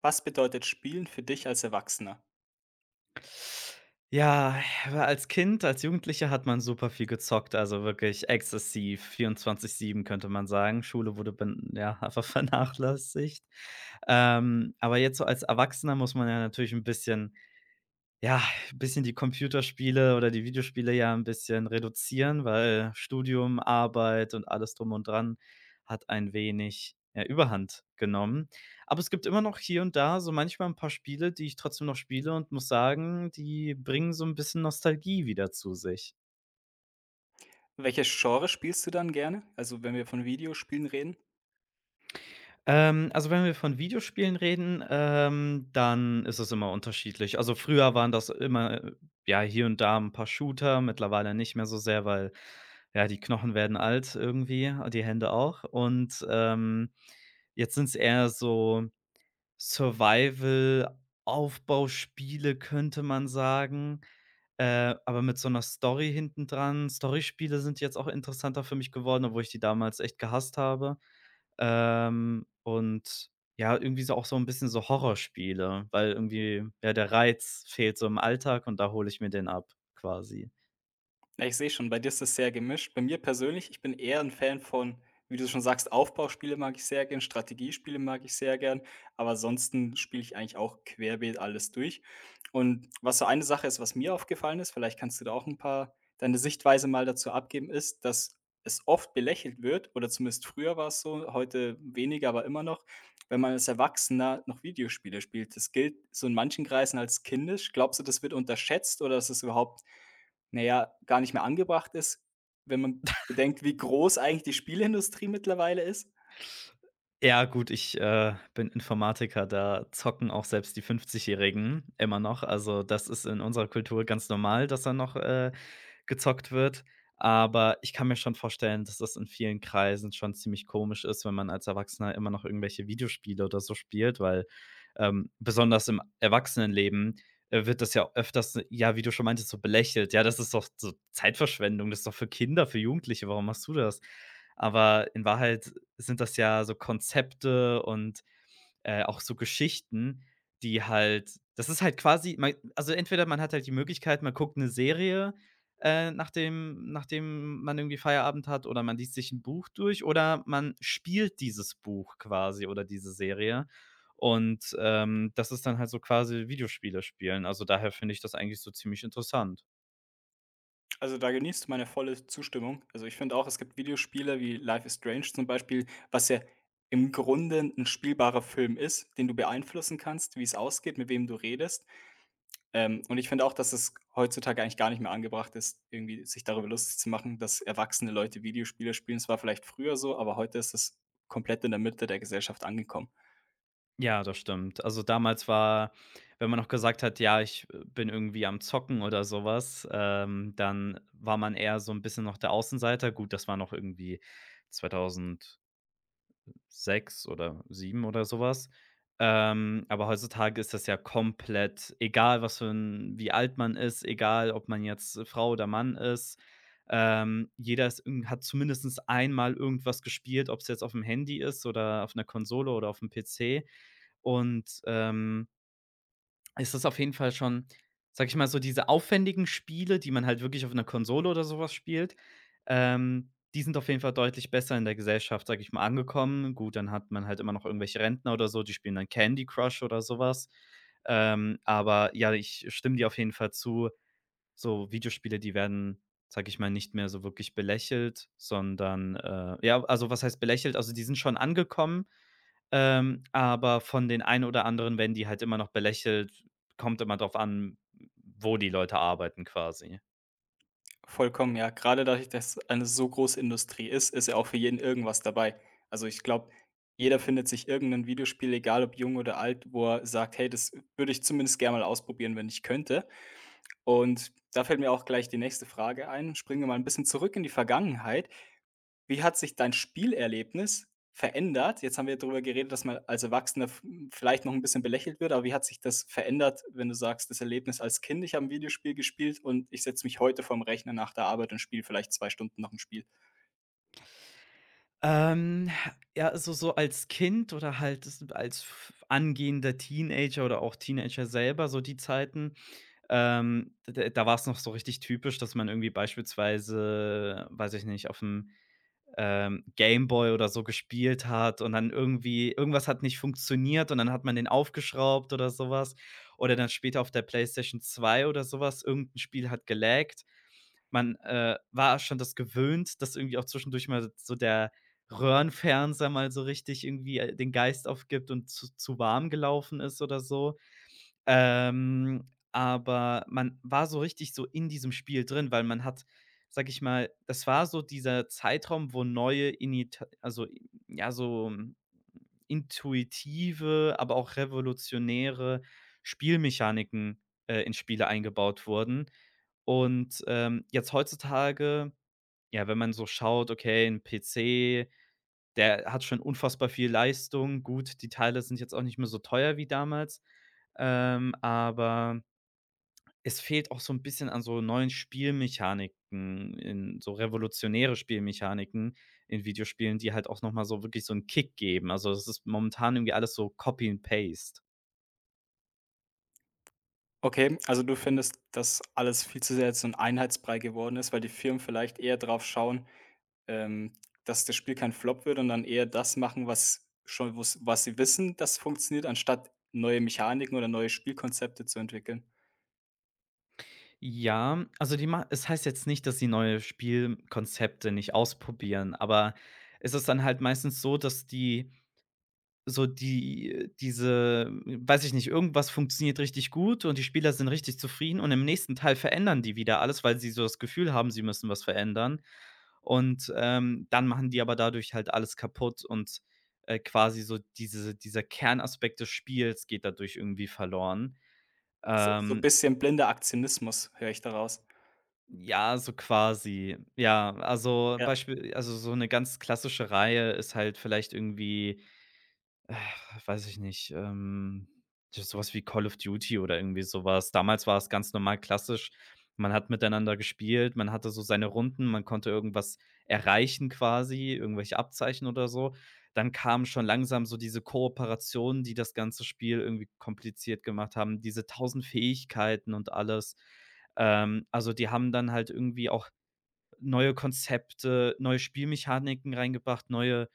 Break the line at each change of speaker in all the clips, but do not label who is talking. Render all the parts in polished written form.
Was bedeutet Spielen für dich als Erwachsener?
Ja, als Kind, als Jugendlicher hat man super viel gezockt, also wirklich exzessiv, 24/7 könnte man sagen. Schule wurde ben ja, einfach vernachlässigt. Aber jetzt so als Erwachsener muss man ja natürlich ein bisschen ja, ein bisschen die Computerspiele oder die Videospiele ja ein bisschen reduzieren, weil Studium, Arbeit und alles drum und dran hat ein wenig, ja, Überhand genommen. Aber es gibt immer noch hier und da so manchmal ein paar Spiele, die ich trotzdem noch spiele und muss sagen, die bringen so ein bisschen Nostalgie wieder zu sich.
Welches Genre spielst du dann gerne? Also, wenn wir von Videospielen reden?
Also, wenn wir von Videospielen reden, dann ist es immer unterschiedlich. Also, früher waren das immer, ja, hier und da ein paar Shooter, mittlerweile nicht mehr so sehr, weil, ja, die Knochen werden alt irgendwie, die Hände auch. Und, jetzt sind es eher so Survival-Aufbauspiele, könnte man sagen, aber mit so einer Story hinten dran. Storyspiele sind jetzt auch interessanter für mich geworden, obwohl ich die damals echt gehasst habe. Und ja, irgendwie so auch so 'n bisschen so Horrorspiele, weil irgendwie, ja, der Reiz fehlt so im Alltag und da hole ich mir den ab quasi.
Ja, ich sehe schon, bei dir ist das sehr gemischt. Bei mir persönlich, ich bin eher ein Fan von, wie du schon sagst, Aufbauspiele mag ich sehr gern, Strategiespiele mag ich sehr gern, aber ansonsten spiele ich eigentlich auch querbeet alles durch. Und was so eine Sache ist, was mir aufgefallen ist, vielleicht kannst du da auch ein paar deine Sichtweise mal dazu abgeben, ist, dass es oft belächelt wird oder zumindest früher war es so, heute weniger, aber immer noch, wenn man als Erwachsener noch Videospiele spielt. Das gilt so in manchen Kreisen als kindisch. Glaubst du, das wird unterschätzt oder ist es überhaupt, na ja, gar nicht mehr angebracht ist, wenn man bedenkt, wie groß eigentlich die Spieleindustrie mittlerweile ist.
Ja gut, ich, bin Informatiker, da zocken auch selbst die 50-Jährigen immer noch. Also, das ist in unserer Kultur ganz normal, dass da noch, gezockt wird. Aber ich kann mir schon vorstellen, dass das in vielen Kreisen schon ziemlich komisch ist, wenn man als Erwachsener immer noch irgendwelche Videospiele oder so spielt, weil, besonders im Erwachsenenleben, wird das ja öfters ja, wie du schon meintest, so belächelt. „Ja, das ist doch so Zeitverschwendung, das ist doch für Kinder, für Jugendliche, warum machst du das?" Aber in Wahrheit sind das ja so Konzepte und, auch so Geschichten, die halt das ist halt quasi man also entweder man hat halt die Möglichkeit, man guckt eine Serie, nachdem man irgendwie Feierabend hat oder man liest sich ein Buch durch oder man spielt dieses Buch quasi oder diese Serie. Und, das ist dann halt so quasi Videospiele spielen. Also, daher finde ich das eigentlich so ziemlich interessant.
Also, da genießt du meine volle Zustimmung. Also, ich finde auch, es gibt Videospiele wie Life is Strange zum Beispiel, was ja im Grunde ein spielbarer Film ist, den du beeinflussen kannst, wie es ausgeht, mit wem du redest. Und ich finde auch, dass es heutzutage eigentlich gar nicht mehr angebracht ist, irgendwie sich darüber lustig zu machen, dass erwachsene Leute Videospiele spielen. Es war vielleicht früher so, aber heute ist es komplett in der Mitte der Gesellschaft angekommen.
Ja, das stimmt. Also, damals war wenn man noch gesagt hat: „Ja, ich bin irgendwie am Zocken" oder sowas, dann war man eher so ein bisschen noch der Außenseiter. Gut, das war noch irgendwie 2000 6 oder 7 oder sowas. Aber heutzutage ist das ja komplett egal, was für 'n wie alt man ist, egal, ob man jetzt Frau oder Mann ist. Jeder ist irgend hat zumindestens einmal irgendwas gespielt, ob es jetzt auf dem Handy ist oder auf einer Konsole oder auf'm PC. Und, ist das auf jeden Fall schon, sage ich mal, so diese aufwendigen Spiele, die man halt wirklich auf einer Konsole oder sowas spielt, die sind auf jeden Fall deutlich besser in der Gesellschaft, sage ich mal, angekommen. Gut, dann hat man halt immer noch irgendwelche Rentner oder so, die spielen dann Candy Crush oder sowas. Aber ja, ich stimme dir auf jeden Fall zu, so Videospiele, die werden, sage ich mal, nicht mehr so wirklich belächelt, sondern, ja, also was heißt belächelt? Also, die sind schon angekommen, aber von den einen oder anderen werden die halt immer noch belächelt. Kommt immer drauf an, wo die Leute arbeiten quasi.
Vollkommen, ja. Gerade dadurch, dass eine so große Industrie ist, ist ja auch für jeden irgendwas dabei. Also ich glaube, jeder findet sich irgendein Videospiel, egal ob jung oder alt, wo er sagt: „Hey, das würde ich zumindest gerne mal ausprobieren, wenn ich könnte.“ Und da fällt mir auch gleich die nächste Frage ein. Springen wir mal ein bisschen zurück in die Vergangenheit. Wie hat sich dein Spielerlebnis verändert? Jetzt haben wir darüber geredet, dass man als Erwachsener vielleicht noch ein bisschen belächelt wird, aber wie hat sich das verändert, wenn du sagst, das Erlebnis als Kind: „Ich habe ein Videospiel gespielt und ich setze mich heute vorm Rechner nach der Arbeit und spiele vielleicht zwei Stunden noch 'n Spiel.“
Ähm, ja, also so als Kind oder halt s als f angehender Teenager oder auch Teenager selber, so die Zeiten, d da war's noch so richtig typisch, dass man irgendwie beispielsweise, weiß ich nicht, auf dem Gameboy oder so gespielt hat und dann irgendwie irgendwas hat nicht funktioniert und dann hat man den aufgeschraubt oder sowas. Oder dann später auf der PlayStation 2 oder sowas irgendein Spiel hat gelaggt. Man, war schon das gewöhnt, dass irgendwie auch zwischendurch mal so der Röhrenfernseher mal so richtig irgendwie, den Geist aufgibt und zu warm gelaufen ist oder so. Ähm, aber man war so richtig so in diesem Spiel drin, weil man hat, sage ich mal, das war so dieser Zeitraum, wo neue Init also, ja, so intuitive, aber auch revolutionäre Spielmechaniken, in Spiele eingebaut wurden. Und, jetzt heutzutage, ja, wenn man so schaut, okay, 'n PC, der hat schon unfassbar viel Leistung. Gut, die Teile sind jetzt auch nicht mehr so teuer wie damals, aber es fehlt auch so ein bisschen an so neuen Spielmechaniken, in so revolutionäre Spielmechaniken in Videospielen, die halt auch noch mal so wirklich so 'n Kick geben. Also, das ist momentan irgendwie alles so Copy and Paste.
Okay, also du findest, dass alles viel zu sehr jetzt so 'n Einheitsbrei geworden ist, weil die Firmen vielleicht eher drauf schauen, ähm, dass das Spiel kein Flop wird und dann eher das machen, was schon, wo's, was sie wissen, das funktioniert, anstatt neue Mechaniken oder neue Spielkonzepte zu entwickeln.
Ja, also, die ma es heißt jetzt nicht, dass sie neue Spielkonzepte nicht ausprobieren, aber es ist dann halt meistens so, dass die so die diese weiß ich nicht, irgendwas funktioniert richtig gut und die Spieler sind richtig zufrieden und im nächsten Teil verändern die wieder alles, weil sie so das Gefühl haben, sie müssen was verändern. Und, dann machen die aber dadurch halt alles kaputt und, quasi so dieser Kernaspekt des Spiels geht dadurch irgendwie verloren.
So so ein
Ähm,
bisschen blinder Aktionismus, höre ich daraus.
ja, so quasi. Ja, also
Ja,
Beispiel, also so eine ganz klassische Reihe ist halt vielleicht irgendwie. Äh, weiß ich nicht, d so wie Call of Duty oder irgendwie sowas. Damals war es ganz normal klassisch. Man hat miteinander gespielt, man hatte so seine Runden, man konnte irgendwas erreichen quasi, irgendwelche Abzeichen oder so. Dann kamen schon langsam so diese Kooperationen, die das ganze Spiel irgendwie kompliziert gemacht haben, diese tausend Fähigkeiten und alles. Also, die haben dann halt irgendwie auch neue Konzepte, neue Spielmechaniken reingebracht, neue,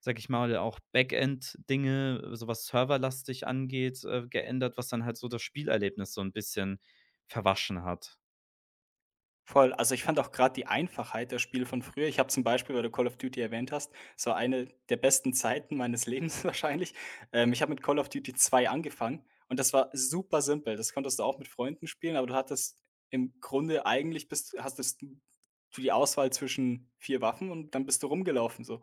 sage ich mal, auch Backend-Dinge, so was serverlastig angeht, geändert, was dann halt so das Spielerlebnis so ein bisschen verwaschen hat.
voll. Also, ich fand auch gerade die Einfachheit der Spiele von früher. Ich habe zum Beispiel, weil du Call of Duty erwähnt hast, so eine der besten Zeiten meines Lebens wahrscheinlich. Ich habe mit Call of Duty zwei angefangen und das war super simpel. Das konntest du auch mit Freunden spielen, aber du hattest im Grunde eigentlich bist hast es du die Auswahl zwischen 4 Waffen und dann bist du rumgelaufen so.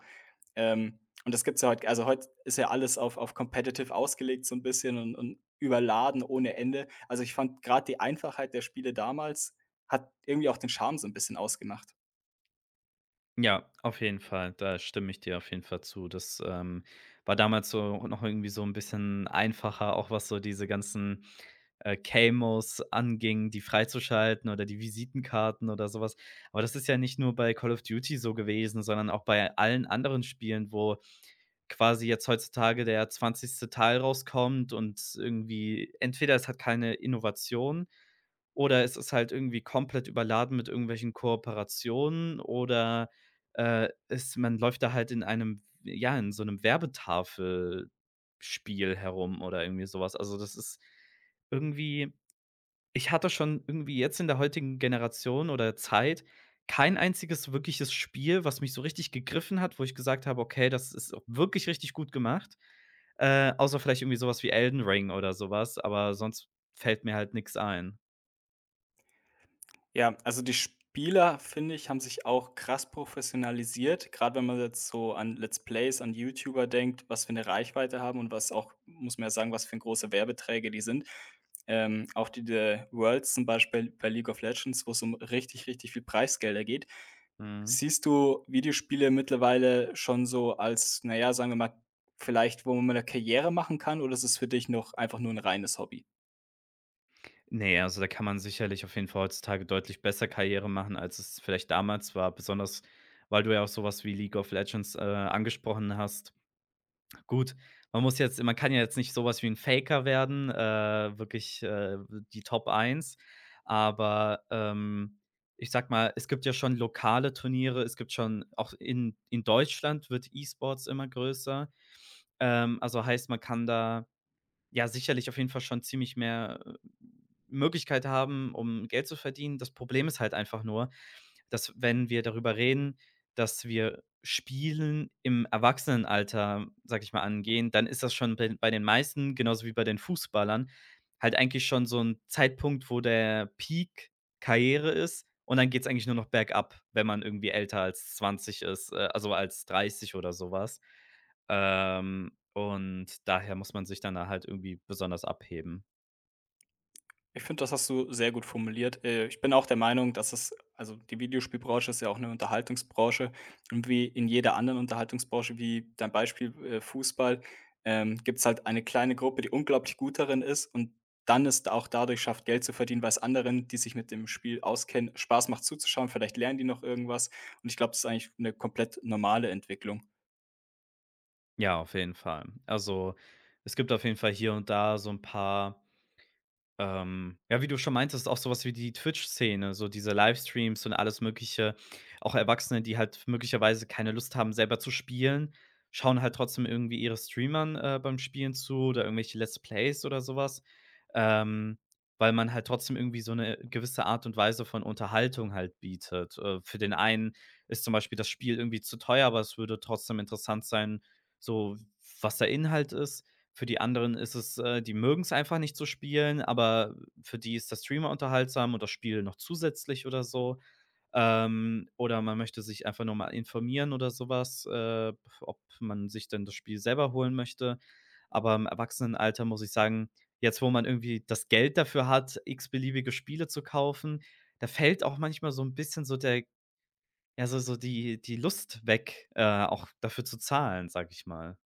Ähm, und das gibt's ja heut, also, heute ist ja alles auf competitive ausgelegt so ein bisschen und überladen ohne Ende. Also, ich fand gerade die Einfachheit der Spiele damals hat irgendwie auch den Charme so ein bisschen ausgemacht.
Ja, auf jeden Fall. Da stimme ich dir auf jeden Fall zu. Das, war damals so noch irgendwie so ein bisschen einfacher, auch was so diese ganzen, Camos anging, die freizuschalten oder die Visitenkarten oder sowas. Aber das ist ja nicht nur bei Call of Duty so gewesen, sondern auch bei allen anderen Spielen, wo quasi jetzt heutzutage der 20. Teil rauskommt und irgendwie entweder es hat keine Innovation oder es ist halt irgendwie komplett überladen mit irgendwelchen Kooperationen oder, es man läuft da halt in einem, ja, in so einem Werbetafelspiel herum oder irgendwie sowas. Also, das ist irgendwie, ich hatte schon irgendwie jetzt in der heutigen Generation oder Zeit kein einziges wirkliches Spiel, was mich so richtig gegriffen hat, wo ich gesagt habe: „Okay, das ist auch wirklich richtig gut gemacht." Außer vielleicht irgendwie sowas wie Elden Ring oder sowas, aber sonst fällt mir halt nichts ein.
Ja, also, die Spieler, finde ich, haben sich auch krass professionalisiert. Gerade wenn man jetzt so an Let's Plays, an YouTuber denkt, was für eine Reichweite haben und was, auch muss man ja sagen, was für große Werbeträge die sind. Auch die Worlds zum Beispiel bei League of Legends, wo es um richtig, richtig viel Preisgelder geht.
Mhm.
Siehst du Videospiele mittlerweile schon so als, naja, sagen wir mal, vielleicht, wo man eine Karriere machen kann, oder ist es für dich noch einfach nur ein reines Hobby?
Ne, also da kann man sicherlich auf jeden Fall heutzutage deutlich besser Karriere machen, als es vielleicht damals war, besonders weil du ja auch sowas wie League of Legends, angesprochen hast. Gut, man kann ja jetzt nicht sowas wie ein Faker werden, wirklich, die Top 1. Aber, ich sag mal, es gibt ja schon lokale Turniere, es gibt schon auch in Deutschland wird E-Sports immer größer. Also heißt, man kann da, ja, sicherlich auf jeden Fall schon ziemlich mehr, Möglichkeit haben, um Geld zu verdienen. Das Problem ist halt einfach nur, dass wenn wir darüber reden, dass wir Spielen im Erwachsenenalter, sage ich mal, angehen, dann ist das schon bei den meisten, genauso wie bei den Fußballern, halt eigentlich schon so ein Zeitpunkt, wo der Peak Karriere ist und dann geht's eigentlich nur noch bergab, wenn man irgendwie älter als 20 ist, also als 30 oder sowas, und daher muss man sich dann da halt irgendwie besonders abheben.
Ich finde, das hast du sehr gut formuliert. Ich bin auch der Meinung, dass es, also, die Videospielbranche ist ja auch eine Unterhaltungsbranche und wie in jeder anderen Unterhaltungsbranche, wie dein Beispiel, Fußball, gibt es halt eine kleine Gruppe, die unglaublich gut darin ist und dann ist auch dadurch schafft, Geld zu verdienen, weil es anderen, die sich mit dem Spiel auskennen, Spaß macht zuzuschauen. Vielleicht lernen die noch irgendwas und ich glaube, das ist eigentlich eine komplett normale Entwicklung.
Ja, auf jeden Fall. Also, es gibt auf jeden Fall hier und da so ein paar. Ja, wie du schon meintest, auch sowas wie die Twitch-Szene, so diese Livestreams und alles Mögliche. Auch Erwachsene, die halt möglicherweise keine Lust haben, selber zu spielen, schauen halt trotzdem irgendwie ihre Streamern, beim Spielen zu oder irgendwelche Let's Plays oder sowas, ähm, weil man halt trotzdem irgendwie so eine gewisse Art und Weise von Unterhaltung halt bietet. Für den einen ist zum Beispiel das Spiel irgendwie zu teuer, aber es würde trotzdem interessant sein, so was der Inhalt ist. Für die anderen ist es, die mögen es einfach nicht so spielen, aber für die ist der Streamer unterhaltsam und das Spiel noch zusätzlich oder so. Oder man möchte sich einfach nur mal informieren oder sowas, äh, ob man sich denn das Spiel selber holen möchte. Aber im Erwachsenenalter muss ich sagen, jetzt, wo man irgendwie das Geld dafür hat, x-beliebige Spiele zu kaufen, da fällt auch manchmal so ein bisschen so der, ja, so die Lust weg, auch dafür zu zahlen, sage ich mal.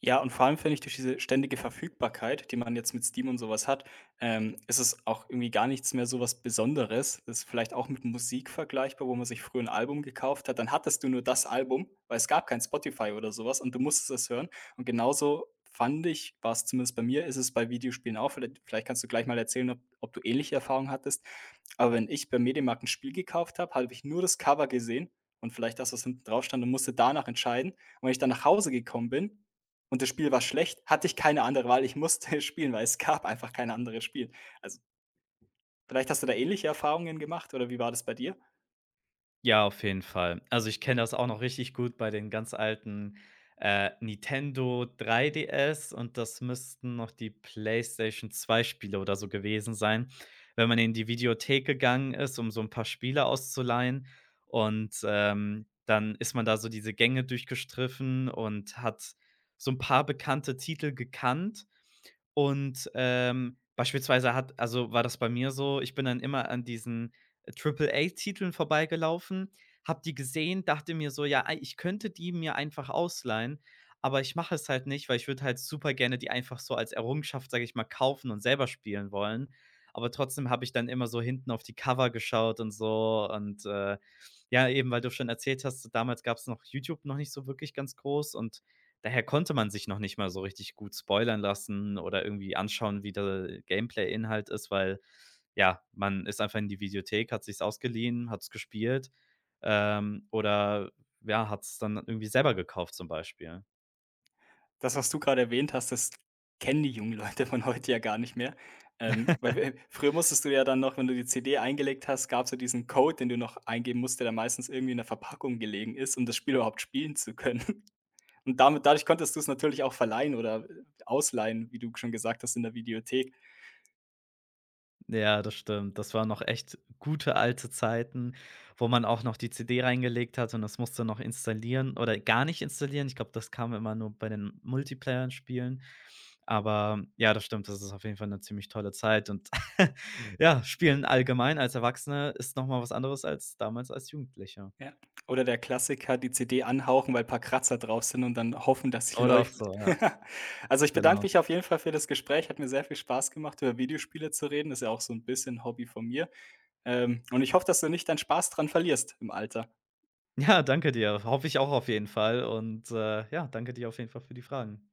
Ja, und vor allem finde ich, durch diese ständige Verfügbarkeit, die man jetzt mit Steam und sowas hat, ist es auch irgendwie gar nichts mehr so was Besonderes. Das ist vielleicht auch mit Musik vergleichbar, wo man sich früher ein Album gekauft hat, dann hattest du nur das Album, weil es gab kein Spotify oder sowas und du musstest es hören. Und genauso fand ich, war es zumindest bei mir, ist es bei Videospielen auch. Vielleicht kannst du gleich mal erzählen, ob du ähnliche Erfahrungen hattest. Aber wenn ich beim Mediamarkt ein Spiel gekauft habe, habe ich nur das Cover gesehen und vielleicht das, was hinten drauf stand, und musste danach entscheiden. Und wenn ich dann nach Hause gekommen bin, und das Spiel war schlecht, hatte ich keine andere Wahl. Ich musste spielen, weil es gab einfach kein anderes Spiel. Also, vielleicht hast du da ähnliche Erfahrungen gemacht oder wie war das bei dir?
Ja, auf jeden Fall. Also, ich kenne das auch noch richtig gut bei den ganz alten, Nintendo 3DS und das müssten noch die PlayStation 2 Spiele oder so gewesen sein, wenn man in die Videothek gegangen ist, um so ein paar Spiele auszuleihen und, dann ist man da so diese Gänge durchgestriffen und hat so ein paar bekannte Titel gekannt und, beispielsweise hat, also, war das bei mir so, ich bin dann immer an diesen Triple-A-Titeln vorbeigelaufen, habe die gesehen, dachte mir so: „Ja, ei ich könnte die mir einfach ausleihen, aber ich mache es halt nicht, weil ich würde halt super gerne die einfach so als Errungenschaft, sage ich mal, kaufen und selber spielen wollen." Aber trotzdem habe ich dann immer so hinten auf die Cover geschaut und so und, ja, eben, weil du schon erzählt hast, so damals gab es noch YouTube noch nicht so wirklich ganz groß und daher konnte man sich noch nicht mal so richtig gut spoilern lassen oder irgendwie anschauen, wie der Gameplay-Inhalt ist, weil, ja, man ist einfach in die Videothek, hat sich's ausgeliehen, hat's gespielt, oder ja, hat's dann irgendwie selber gekauft zum Beispiel.
Das, was du gerade erwähnt hast, das kennen die jungen Leute von heute ja gar nicht mehr. Weil wir früher, musstest du ja dann noch, wenn du die CD eingelegt hast, gab es ja diesen Code, den du noch eingeben musst, der dann meistens irgendwie in der Verpackung gelegen ist, um das Spiel überhaupt spielen zu können. Und damit, dadurch konntest du es natürlich auch verleihen oder, ausleihen, wie du schon gesagt hast, in der Videothek.
Ja, das stimmt. Das waren noch echt gute alte Zeiten, wo man auch noch die CD reingelegt hat und das musste noch installieren oder gar nicht installieren. Ich glaube, das kam immer nur bei den Multiplayer-Spielen. Aber ja, das stimmt, das ist auf jeden Fall 'ne ziemlich tolle Zeit und ja, Spielen allgemein als Erwachsene ist noch mal was anderes als damals als Jugendlicher.
Ja. Oder der Klassiker, die CD anhauchen, weil paar Kratzer drauf sind und dann hoffen, dass sie
Oder auch
läuft.
so, ja.
Also, ich bedanke
Genau.
mich auf jeden Fall für das Gespräch. Hat mir sehr viel Spaß gemacht, über Videospiele zu reden. Ist ja auch so ein bisschen Hobby von mir. Und ich hoffe, dass du nicht deinen Spaß dran verlierst im Alter.
Ja, danke dir. Hoffe ich auch auf jeden Fall und, ja, danke dir auf jeden Fall für die Fragen.